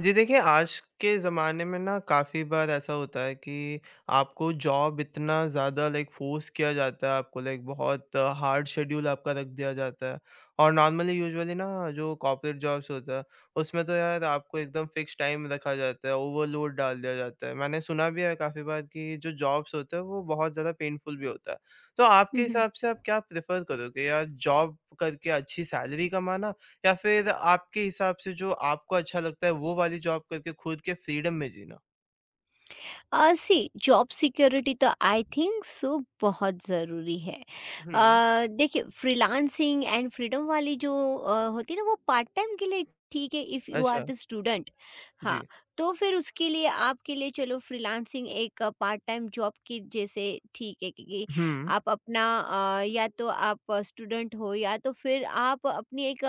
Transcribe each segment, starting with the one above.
जी देखिए, आज के ज़माने में ना काफ़ी बार ऐसा होता है कि आपको जॉब इतना ज़्यादा लाइक फ़ोर्स किया जाता है, आपको लाइक बहुत हार्ड शेड्यूल आपका रख दिया जाता है। और नॉर्मली यूजुअली ना जो कॉर्पोरेट जॉब्स होता है, उसमें तो यार आपको एकदम फ़िक्स टाइम रखा जाता है, ओवरलोड डाल दिया जाता है। मैंने सुना भी है काफ़ी बार कि जो जॉब्स होते हैं वो बहुत ज़्यादा पेनफुल भी होता है। तो आपके हम्म। हिसाब से आप क्या प्रेफ़र करोगे यार जॉब करके अच्छी सैलरी कमाना या फिर आपके हिसाब से जो आपको अच्छा लगता है वो वाली जॉब करके खुद के फ्रीडम में जीना? सी। जॉब सिक्योरिटी तो आई थिंक सो बहुत ज़रूरी है। हुँ। देखिए फ्रीलांसिंग एंड फ्रीडम वाली जो होती है ना वो पार्ट टाइम के लिए ठीक है इफ़ यू आर अच्छा, द स्टूडेंट। हाँ, जी। तो फिर उसके लिए आपके लिए चलो फ्रीलांसिंग एक पार्ट टाइम जॉब की जैसे ठीक है, क्योंकि हुँ, आप अपना या तो आप स्टूडेंट हो या तो फिर आप अपनी एक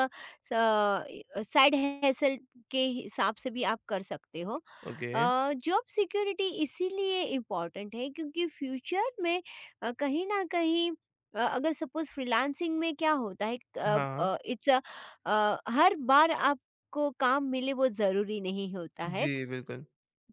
साइड हैसल के हिसाब से भी आप कर सकते हो। ओके, जॉब सिक्योरिटी इसीलिए इम्पॉर्टेंट है क्योंकि फ्यूचर में कहीं ना कहीं अगर सपोज फ्रीलांसिंग में क्या होता है, हाँ, इट्स हर बार आपको काम मिले वो ज़रूरी नहीं होता है। जी, बिल्कुल।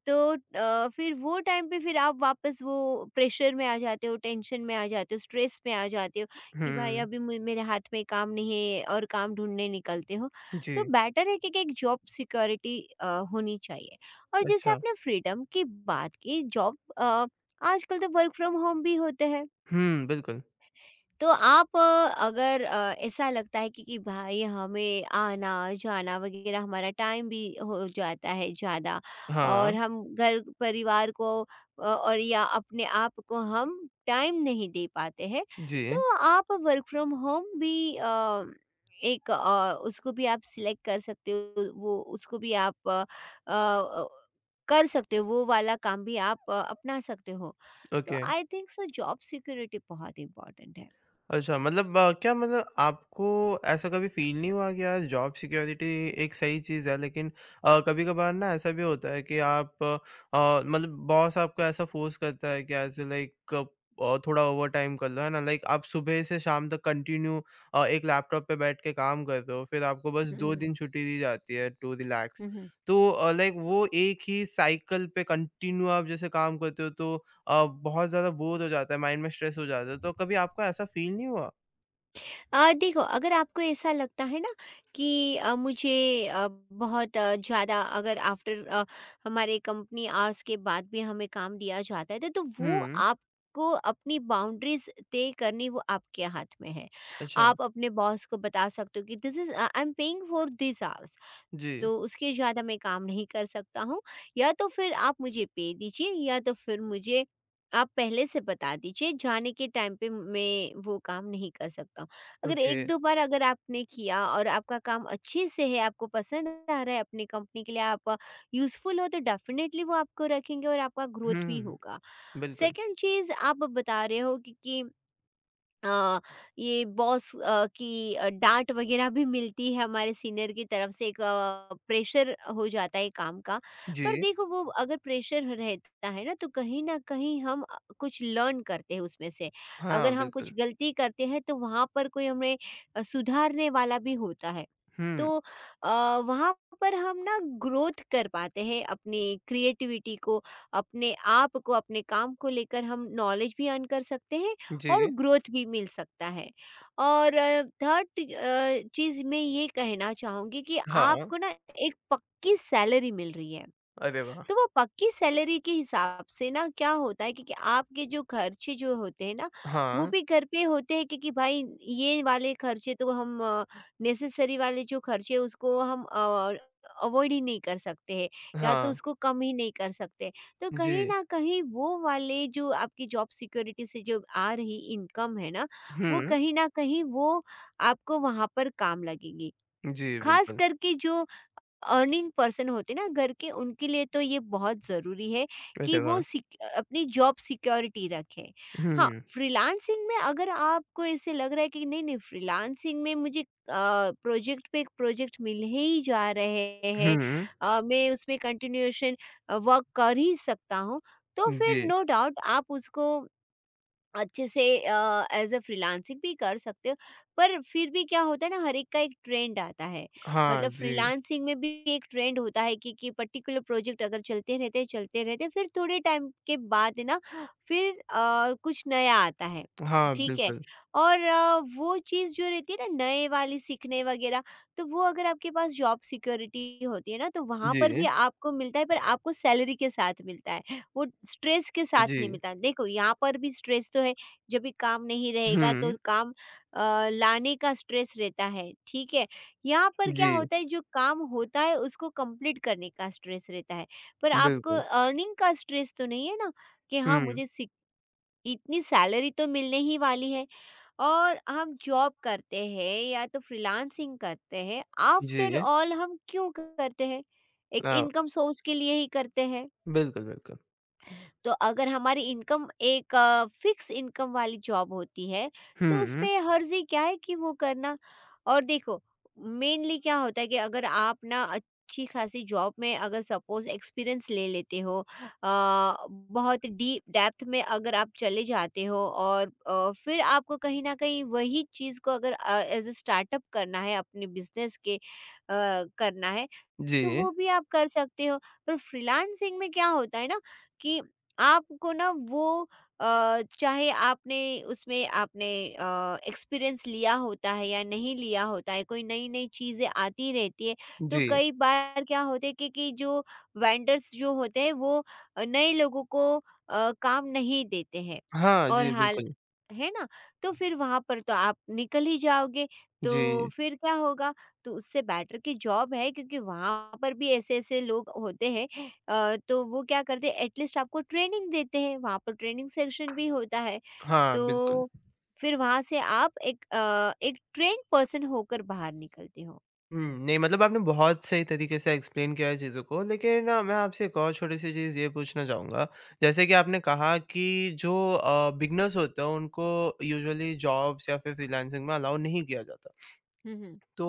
तो फिर वो टाइम पे फिर आप वापस वो प्रेशर में आ जाते हो, टेंशन में आ जाते हो, स्ट्रेस में आ जाते हो कि भाई हुँ, अभी मु मेरे हाथ में काम नहीं है और काम ढूँढने निकलते हो। तो जी, बेटर है कि एक जॉब सिक्योरिटी होनी चाहिए। और जैसे अच्छा। आपने फ्रीडम की बात की, जॉब आजकल तो वर्क फ्रॉम होम भी होते हैं। हुँ, बिल्कुल। तो आप अगर ऐसा लगता है कि भाई हमें आना जाना वगैरह हमारा टाइम भी हो जाता है ज़्यादा और हाँ, हम घर परिवार को और या अपने आप को हम टाइम नहीं दे पाते हैं, जी, तो आप वर्क फ्रॉम होम भी एक उसको भी आप सिलेक्ट कर सकते हो, वो उसको भी आप अ, कर सकते हो, वो वाला काम भी आप अपना सकते हो। तो okay. I think so job security बहुत इंपॉर्टेंट है। अच्छा मतलब क्या मतलब आपको ऐसा कभी फ़ील नहीं हुआ कि यार जॉब सिक्योरिटी एक सही चीज़ है लेकिन कभी-कभार ना ऐसा भी होता है कि आप मतलब बॉस आपको ऐसा फ़ोर्स करता है कि ऐसे लाइक थोड़ा ओवरटाइम कर लो, है ना? लाइक आप सुबह से शाम तक कंटिन्यू एक लैपटॉप पे बैठ के काम कर रहे हो, फिर आपको बस हुँ, 2 हुँ, दिन छुट्टी दी जाती है टू रिलैक्स। हुँ। तो लाइक वो एक ही साइकिल पे कंटिन्यू आप जैसे काम करते हो तो बहुत ज़्यादा बोर हो जाता है, माइंड में स्ट्रेस हो जाता है, तो कभी आपको ऐसा फ़ील नहीं हुआ? देखो अगर आपको ऐसा लगता है ना कि मुझे बहुत ज़्यादा अगर आफ्टर हमारे कंपनी आवर्स के बाद भी हमें काम दिया जाता है तो वो हुँ, आपको अपनी बाउंड्रीज़ तय करनी, वो आपके हाथ में है। अच्छा, आप अपने बॉस को बता सकते हो कि this is I am paying for this hours. जी, तो उसके ज़्यादा मैं काम नहीं कर सकता हूँ, या तो फिर आप मुझे पे दीजिए या तो फिर मुझे आप पहले से बता दीजिए। जाने के टाइम पे मैं वो काम नहीं कर सकता हूँ। अगर ओके, एक दो बार अगर आपने किया और आपका काम अच्छे से है, आपको पसंद आ रहा है, अपनी कंपनी के लिए आप यूज़फुल हो, तो डेफ़िनेटली वो आपको रखेंगे और आपका ग्रोथ भी हुँ, होगा। बिल्कुल, सेकंड चीज़ आप बता रहे हो कि अ, ये बॉस की डाँट वगैरह भी मिलती है हमारे सीनियर की तरफ से, एक प्रेशर हो जाता है काम का। पर जी, देखो वो अगर प्रेशर रहता है ना तो कहीं न कहीं हम कुछ लर्न करते हैं उसमें से। हाँ, अगर हम कुछ बिल्कुल, गलती करते हैं तो वहाँ पर कोई हमें सुधारने वाला भी होता है। हुँ, तो अ, वहाँ पर हम ना ग्रोथ कर पाते हैं अपनी क्रिएटिविटी को, अपने आप को, अपने काम को लेकर, हम नॉलेज भी अर्न कर सकते हैं और जी, ग्रोथ भी मिल सकता है। और थर्ड चीज़ मैं ये कहना चाहूँगी कि हाँ, आपको ना एक पक्की सैलरी मिल रही है। अरे वाह! तो वो पक्की सैलरी के हिसाब से ना क्या होता है, क्योंकि आपके जो खर्चे जो होते हैं ना वो हाँ, भी घर पे होते हैं। क्योंकि भाई ये वाले खर्चे तो हम, नेसेसरी वाले जो खर्चे उसको हम अवॉइड ही नहीं कर सकते हैं, या तो हाँ, उसको कम ही नहीं कर सकते। तो कहीं जी, ना कहीं वो वाले जो आपकी जॉब सिक्योरिटी से जो आ रही इनकम है ना, वो हुँ, कहीं ना कहीं वो आपको वहाँ पर काम लगेगी। जी, खास बिल्कुल, करके जो अर्निंग पर्सन होते ना घर के, उनके लिए तो ये बहुत ज़रूरी है अरे कि वाह! वो सिक अपनी जॉब सिक्योरिटी रखें। हाँ, हुँ, फ्रीलांसिंग में अगर आपको ऐसे लग रहा है कि नहीं-नहीं फ्रीलांसिंग में मुझे प्रोजेक्ट पे एक प्रोजेक्ट मिल ही जा रहे हैं, हुँ, मैं उसमें कंटिन्यूएशन वर्क कर ही सकता हूँ, तो फिर जी, नो डाउट आप उसको अच्छे से एज़ अ फ्रीलांसिंग भी कर सकते हो। पर फिर भी क्या होता है ना, हर एक का एक ट्रेंड आता है। हाँ, मतलब जी, फ्रीलांसिंग में भी एक ट्रेंड होता है कि पर्टिकुलर प्रोजेक्ट अगर चलते रहते हैं, चलते रहते हैं, फिर थोड़े टाइम के बाद है ना फिर कुछ नया आता है। हाँ, ठीक है? बिल्कुल, और वो चीज़ जो रहती है ना नए वाली सीखने वगैरह, तो वो अगर आपके पास जॉब सिक्योरिटी होती है ना तो वहाँ पर भी जी, आपको मिलता है, पर आपको सैलरी के साथ मिलता है। वो स्ट्रेस के साथ नहीं जी, मिलता। देखो यहाँ पर भी स्ट्रेस तो है, जब भी काम नहीं रहेगा हुँ, तो काम लाने का स्ट्रेस रहता है, ठीक है? यहाँ पर क्या जी, होता है, जो काम होता है उसको कंप्लीट करने का स्ट्रेस रहता है। पर आपको बिल्कुल, अर्निंग का स्ट्रेस तो नहीं है ना कि हाँ हुँ, मुझे सिक इतनी सैलरी तो मिलने ही वाली है। और हम जॉब करते हैं या तो फ्रीलांसिंग करते हैं, आफ्टर जी, ऑल हम क्यों करते हैं? एक अ, इनकम सोर्स के लिए ही करते हैं। बिल्कुल, बिल्कुल, तो अगर हमारी इनकम एक फिक्स इनकम वाली जॉब होती है, तो हुँ, उसमें हर्जी क्या है कि वो करना। और देखो मेनली क्या होता है कि अगर आप ना अच्छी खासी जॉब में अगर सपोज एक्सपीरियंस ले लेते हो, बहुत डीप डेप्थ में अगर आप चले जाते हो और फिर आपको कहीं ना कहीं वही चीज़ को अगर एज अ स्टार्टअप करना है अपने बिजनेस के करना है, तो जी, वो भी आप कर सकते हो। पर फ्रीलांसिंग में क्या होता है ना कि आपको ना वो चाहे आपने उसमें आपने एक्सपीरियंस लिया होता है या नहीं लिया होता है, कोई नई-नई चीज़ें आती रहती है। तो जी। कई बार क्या होता है कि जो वेंडर्स जो होते हैं वो नए लोगों को काम नहीं देते हैं हाँ और जी, हाल बिल्कुल। है ना? तो फिर वहाँ पर तो आप निकल ही जाओगे, तो जी। फिर क्या होगा, तो उससे बेटर की जॉब है क्योंकि वहाँ पर भी ऐसे-ऐसे लोग होते हैं तो वो क्या करते हैं, एटलीस्ट आपको ट्रेनिंग देते हैं, वहाँ पर ट्रेनिंग सेक्शन भी होता है। हाँ, बिल्कुल। तो फिर वहाँ से आप एक एक ट्रेन्ड पर्सन होकर बाहर निकलते हो। हुँ, नहीं मतलब आपने बहुत सही तरीके से एक्सप्लेन किया है चीज़ों को, लेकिन मैं आपसे एक और छोटी-सी चीज़ ये पूछना चाहूँगा, जैसे कि आपने कहा कि जो बिगिनर्स होते हैं उनको यूजुअली जॉब्स या फिर फ्रीलांसिंग में अलाउ नहीं किया जाता। हुँ, हुँ। तो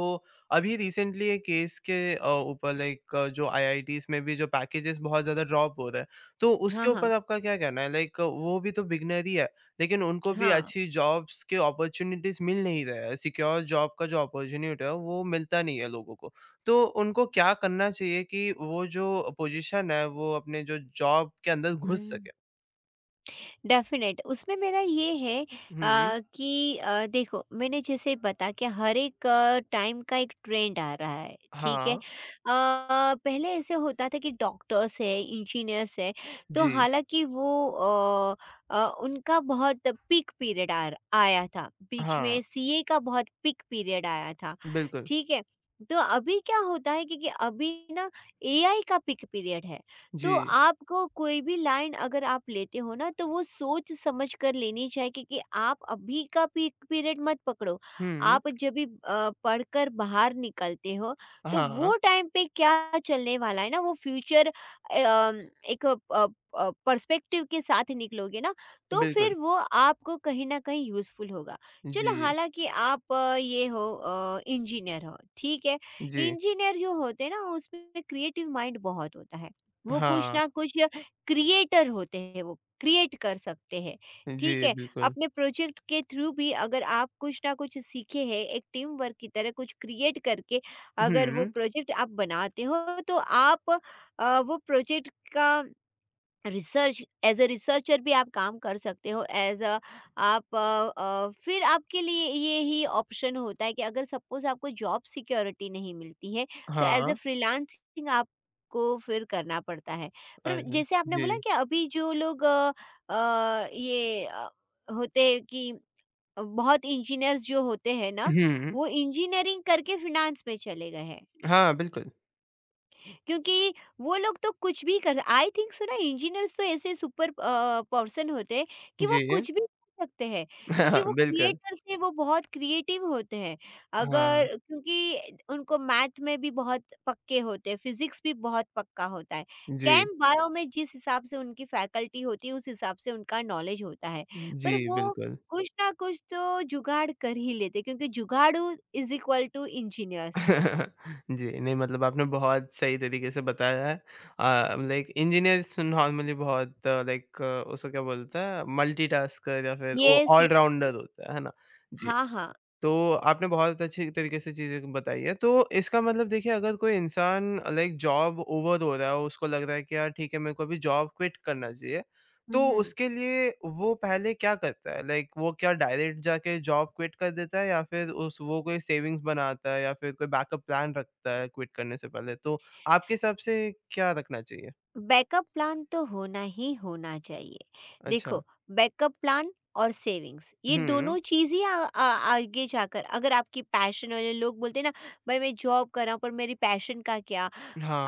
अभी रिसेंटली एक केस के ऊपर लाइक जो आईआईटीज़ में भी जो पैकेजेज़ बहुत ज़्यादा ड्रॉप हो रहे हैं, तो हाँ, उसके ऊपर हाँ। आपका क्या कहना है? लाइक वो भी तो बिगिनर ही है, लेकिन उनको भी हाँ। अच्छी जॉब्स के अपॉर्च्युनिटीज़ मिल नहीं रहा है, सिक्योर जॉब का जो अपॉर्च्युनिटी है वो मिलता नहीं है लोगों को। तो उनको क्या करना चाहिए कि वो जो पोज़ीशन है वो अपने जो जॉब के अंदर हुँ, घुस हुँ, सके? डेफ़िनेट उसमें मेरा ये है हुँ, कि देखो मैंने जैसे बताया कि हर एक टाइम का एक ट्रेंड आ रहा है, ठीक है। हाँ, पहले ऐसे होता था कि डॉक्टर्स है, इंजीनियर्स है, तो जी, हालाँकि वो, उनका बहुत पीक पीरियड आर आया था, बीच हाँ, में सीए का बहुत पीक पीरियड आया था, बिल्कुल, ठीक है। तो अभी क्या होता है, क्योंकि अभी ना एआई का पीक पीरियड है। तो जी, आपको कोई भी लाइन अगर आप लेते हो ना तो वो सोच समझ कर लेनी चाहिए, क्योंकि आप अभी का पीक पीरियड मत पकड़ो। हुँ, आप जब भी पढ़कर बाहर निकलते हो, तो हाँ, वो टाइम पे क्या चलने वाला है ना वो फ्यूचर एक पर्सपेक्टिव के साथ निकलोगे ना तो फिर बिल्कुल, वो आपको कहीं न कहीं यूज़फुल होगा। चलो जी। हालाँकि आप ये हो इंजीनियर हो, ठीक है। जी। इंजीनियर जो होते हैं ना उसमें क्रिएटिव माइंड बहुत होता है। वो कुछ हाँ, ना कुछ क्रिएटर होते हैं, वो क्रिएट कर सकते हैं, ठीक जी, है। बिल्कुल। अपने प्रोजेक्ट के थ्रू भी अगर आप कुछ ना कुछ सीखे हैं, एक टीम वर्क की तरह कुछ क्रिएट करके अगर वो हुँ, प्रोजेक्ट आप बनाते हो, तो आप वो प्रोजेक्ट का रिसर्च एज अ रिसर्चर भी आप काम कर सकते हो, एज अ आप फिर आपके लिए ये ही ऑप्शन होता है कि अगर सपोज़ आपको जॉब सिक्योरिटी नहीं मिलती है तो एज अ हाँ, फ्रीलांसिंग आपको फिर करना पड़ता है। पर अरे! जैसे आपने जी। बोला कि अभी जो लोग ये होते हैं कि बहुत इंजीनियर्स जो होते हैं ना, हुँ, वो इंजीनियरिंग करके फिनांस में चले गए हैं। हाँ, बिल्कुल। क्योंकि वो लोग तो कुछ भी कर, आई थिंक सो ना इंजीनियर्स तो ऐसे सुपर पर्सन होते हैं कि वो जी। कुछ भी कर सकते हैं, क्योंकि हाँ वो बिल्कुल, क्रिएटर्स हैं, वो बहुत क्रिएटिव होते हैं। हाँ, अगर क्योंकि उनको मैथ में भी बहुत पक्के होते हैं, फिजिक्स भी बहुत पक्का होता है, जी। कैम बायो में जिस हिसाब से उनकी फैकल्टी होती है उस हिसाब से उनका नॉलेज होता है। जी, पर वो बिल्कुल। कुछ ना कुछ तो जुगाड़ कर ही लेते, क्योंकि जुगाड़ू इज इक्वल टू इंजीनियर्स। जी, नहीं मतलब आपने बहुत सही तरीके से बताया है। लाइक इंजीनियर्स नॉर्मली बहुत लाइक उसको क्या बोलते हैं मल्टीटास्कर या फिर वो यस, यस। ऑलराउंडर होता है ना? जी। हाँ, हाँ। तो आपने बहुत अच्छी तरीके से चीज़ें बताई है। तो इसका मतलब देखिए अगर कोई इंसान लाइक जॉब ओवर हो रहा है, उसको लग रहा है कि यार ठीक है मेरे को अभी जॉब क्विट करना चाहिए। तो हम्म। उसके लिए वो पहले क्या करता है? लाइक वो क्या डायरेक्ट जाके जॉब क्विट कर देता है या फिर उस वो कोई सेविंग्स बनाता है या फिर कोई बैकअप प्लान रखता है क्विट करने से पहले? तो आपके हिसाब से क्या रखना चाहिए? बैकअप प्लान तो होना ही होना चाहिए। अच्छा। देखो, बैकअप प्लान और सेविंग्स ये हुँ। दोनों चीज़ ही आ, आ, आगे जाकर, अगर आपकी पैशन वाले लोग बोलते हैं ना, भाई मैं जॉब कर रहा हूँ पर मेरी पैशन का क्या,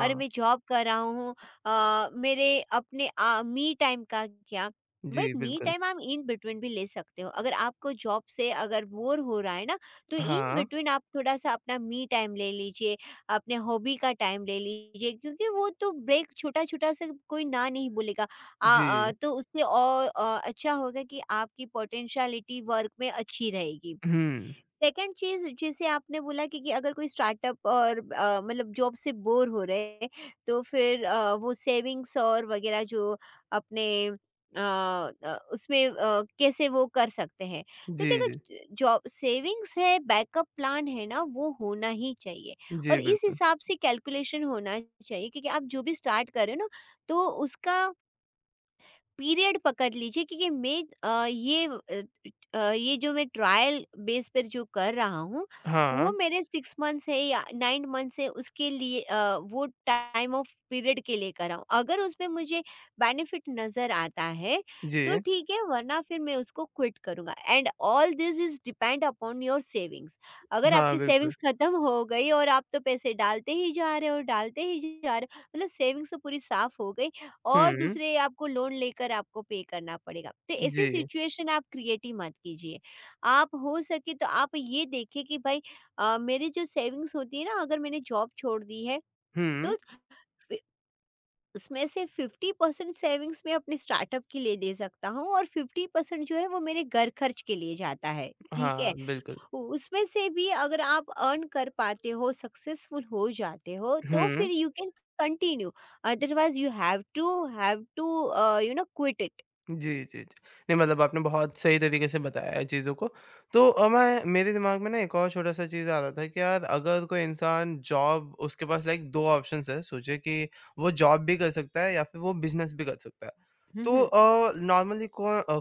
अरे मैं जॉब कर रहा हूँ मेरे अपने मी टाइम का क्या। भाई, जी, मी बिल्कुल। टाइम आप इन बिटवीन भी ले सकते हो। अगर आपको जॉब से अगर बोर हो रहा है ना तो इन हाँ। बिटवीन आप थोड़ा सा अपना मी टाइम ले लीजिए, अपने हॉबी का टाइम ले लीजिए, क्योंकि वो तो ब्रेक छोटा-छोटा सा कोई ना नहीं बोलेगा। जी। तो उससे और अच्छा होगा कि आपकी पोटेंशियलिटी वर्क में अच्छी रहेगी। हुँ। सेकंड चीज़, जैसे आपने बोला कि अगर कोई स्टार्टअप और मतलब जॉब से बोर हो रहे हैं, तो फिर वो सेविंग्स और वगैरह जो अपने अ उसमें कैसे वो कर सकते हैं। तो जी, देखो, जी। ज जॉब सेविंग्स है, बैकअप प्लान है ना वो होना ही चाहिए। जी, और इस बिल्कुल। हिसाब से कैलकुलेशन होना चाहिए, क्योंकि आप जो भी स्टार्ट कर रहे हो ना, तो उसका पीरियड पकड़ लीजिए। क्योंकि मैं ये जो मैं ट्रायल बेस पर जो कर रहा हूँ, हाँ। वो मेरे 6 मंथ्स है या 9 मंथ्स है, उसके लिए वो टाइम ऑफ पीरियड के लिए कर रहा हूँ। अगर उसमें मुझे बेनिफिट नज़र आता है तो जी, ठीक है, वरना फिर मैं उसको क्विट करूँगा। And all this is depend upon your savings. अगर हाँ, आपकी बिल्कुल। सेविंग्स ख़त्म हो गई और आप तो पैसे डालते ही जा रहे हो, डालते ही जा रहे हो, मतलब सेविंग्स तो पूरी साफ हो गई। और हुँ, दूसरे आपको लोन लेकर आपको पे करना पड़ेगा, तो जी। ऐसी सिचुएशन आप क्रिएट ही मत कीजिए। आप हो सके तो आप ये देखिए कि भाई, मेरी जो सेविंग्स होती है ना, अगर मैंने जॉब छोड़ दी है हुँ, तो फि- उसमें से फिफ्टी परसेंट सेविंग्स मैं अपने स्टार्टअप के लिए दे सकता हूँ, और 50% जो है वो मेरे घर खर्च के लिए जाता है, ठीक हाँ, है। बिल्कुल। उसमें से भी अगर आप अर्न कर पाते हो, सक्सेसफुल हो जाते हो, तो हुँ, फिर you can continue, otherwise you have to you know quit it. जी, जी, जी। नहीं मतलब आपने बहुत सही तरीके से बताया है चीज़ों को। तो मैं मेरे दिमाग में ना एक और छोटा-सा चीज़ आ रहा था कि यार अगर कोई इंसान जॉब उसके पास लाइक 2 ऑप्शंस हैं, सोचिए कि वो जॉब भी कर सकता है या फिर वो बिज़नेस भी कर सकता है। तो नॉर्मली कौन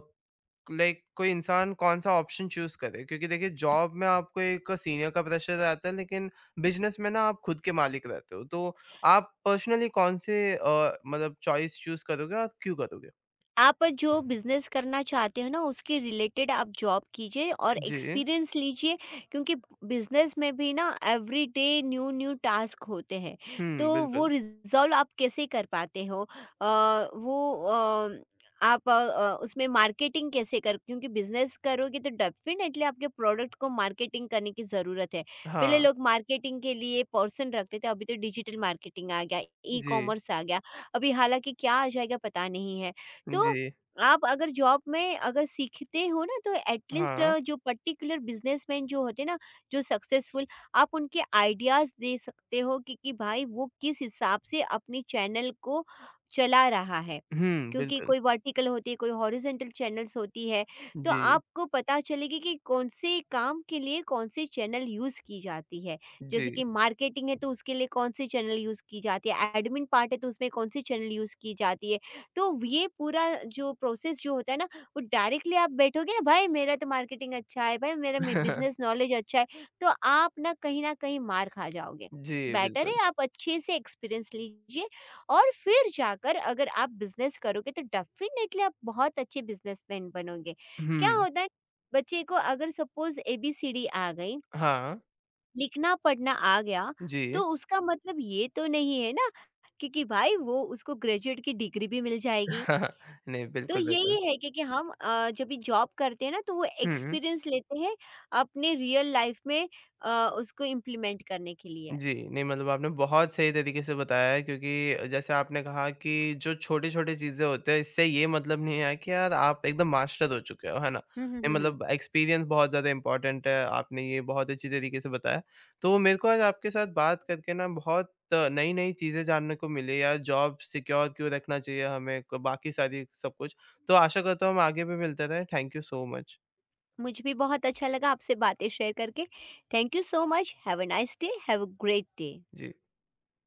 लाइक कोई इंसान कौन-सा ऑप्शन चूज़ करे क्योंकि देखिए जॉब में आपको एक सीनियर का प्रेशर रहता है लेकिन बिज़नेस में ना आप खुद के मालिक रहते हो। तो आप पर्सनली कौन-से मतलब चॉइस चूज़ करोगे और क्यों करोगे? आप जो बिज़नेस करना चाहते हो ना, उसके रिलेटेड आप जॉब कीजिए और जी। एक्सपीरियंस लीजिए। क्योंकि बिज़नेस में भी ना every day new new task होते हैं। हुँ, तो बिल्कुल। वो रिज़ॉल्व आप कैसे कर पाते हो, अ, वो अ, आप अ, अ, उसमें मार्केटिंग कैसे कर? क्योंकि बिजनेस करोगे तो डेफिनेटली आपके प्रोडक्ट को मार्केटिंग करने की ज़रूरत है। पहले हाँ। लोग मार्केटिंग के लिए पर्सन रखते थे, अभी तो डिजिटल मार्केटिंग आ गया, ई जी। कॉमर्स आ गया, अभी हालांकि क्या आ जाएगा पता नहीं है। तो जी। आप अगर जॉब में अगर सीखते हो ना, तो एटलीस्ट हाँ। जो पर्टिकुलर बिजनेसमैन जो होते ना, जो सक्सेसफुल, आप उनके आइडियाज़ दे सकते हो कि, भाई वो किस हिसाब से अपने चैनल को चला रहा है। हुँ, क्योंकि बिल्कुल। कोई वर्टिकल होती है, कोई हॉरिजेंटल चैनल्स होती है। तो जी, आपको पता चलेगी कि कौन से काम के लिए कौन से चैनल यूज़ की जाती है। जी। जैसे कि मार्केटिंग है तो उसके लिए कौन से चैनल यूज़ की जाती है, एडमिन पार्ट है तो उसमें कौन से चैनल यूज़ की जाती है। तो ये पूरा जो प्रोसेस जो होता है ना, वो डायरेक्टली आप बैठोगे ना, भाई मेरा तो मार्केटिंग अच्छा है, भाई मेरा मे बिज़नेस नॉलेज अच्छा है, तो आप ना कहीं न कहीं मार खा जाओगे। जी, बेटर बिल्कुल। है आप अच्छे से एक्सपीरियंस लीजिए और फिर जाकर अगर आप बिज़नेस करोगे तो डेफ़िनेटली आप बहुत अच्छे बिज़नेसमैन बनोगे। क्या हुँ, होता है, बच्चे को अगर सपोज़ एबीसीडी आ गई, हाँ। लिखना-पढ़ना आ गया, जी। तो उसका मतलब ये तो नहीं है ना, क्योंकि भाई वो उसको ग्रेजुएट की डिग्री भी मिल जाएगी। नहीं, तो बिल्कुल, बिल्कुल। यही है कि हम जब भी जॉब करते हैं ना, तो वो हुँ। एक्सपीरियंस लेते हैं अपने रियल लाइफ में उसको इम्प्लीमेंट करने के लिए। जी, नहीं मतलब आपने बहुत सही तरीके से बताया है क्योंकि जैसे आपने कहा कि जो छोटी-छोटी चीज़ें होते हैं इससे ये मतलब नहीं है कि यार आप एकदम मास्टर हो चुके हो, है ना? हम्म, ये हम्म, हम्म, मतलब एक्सपीरियंस बहुत ज़्यादा इम्पोर्टेंट है, आपने ये बहुत अच्छी तरीके से बताया। तो मेरे को आज आपके साथ बात करके ना बहुत नई-नई चीज़ें जानने को मिली यार जॉब सिक्योर क्यों रखना चाहिए हमें, क बाकी सारी सब कुछ। तो आशा करता हूँ हम आगे भी मिलते रहें। Thank you so much. मुझे भी बहुत अच्छा लगा आपसे बातें शेयर करके। Thank you so much. Have a nice day, have a great day. Ji.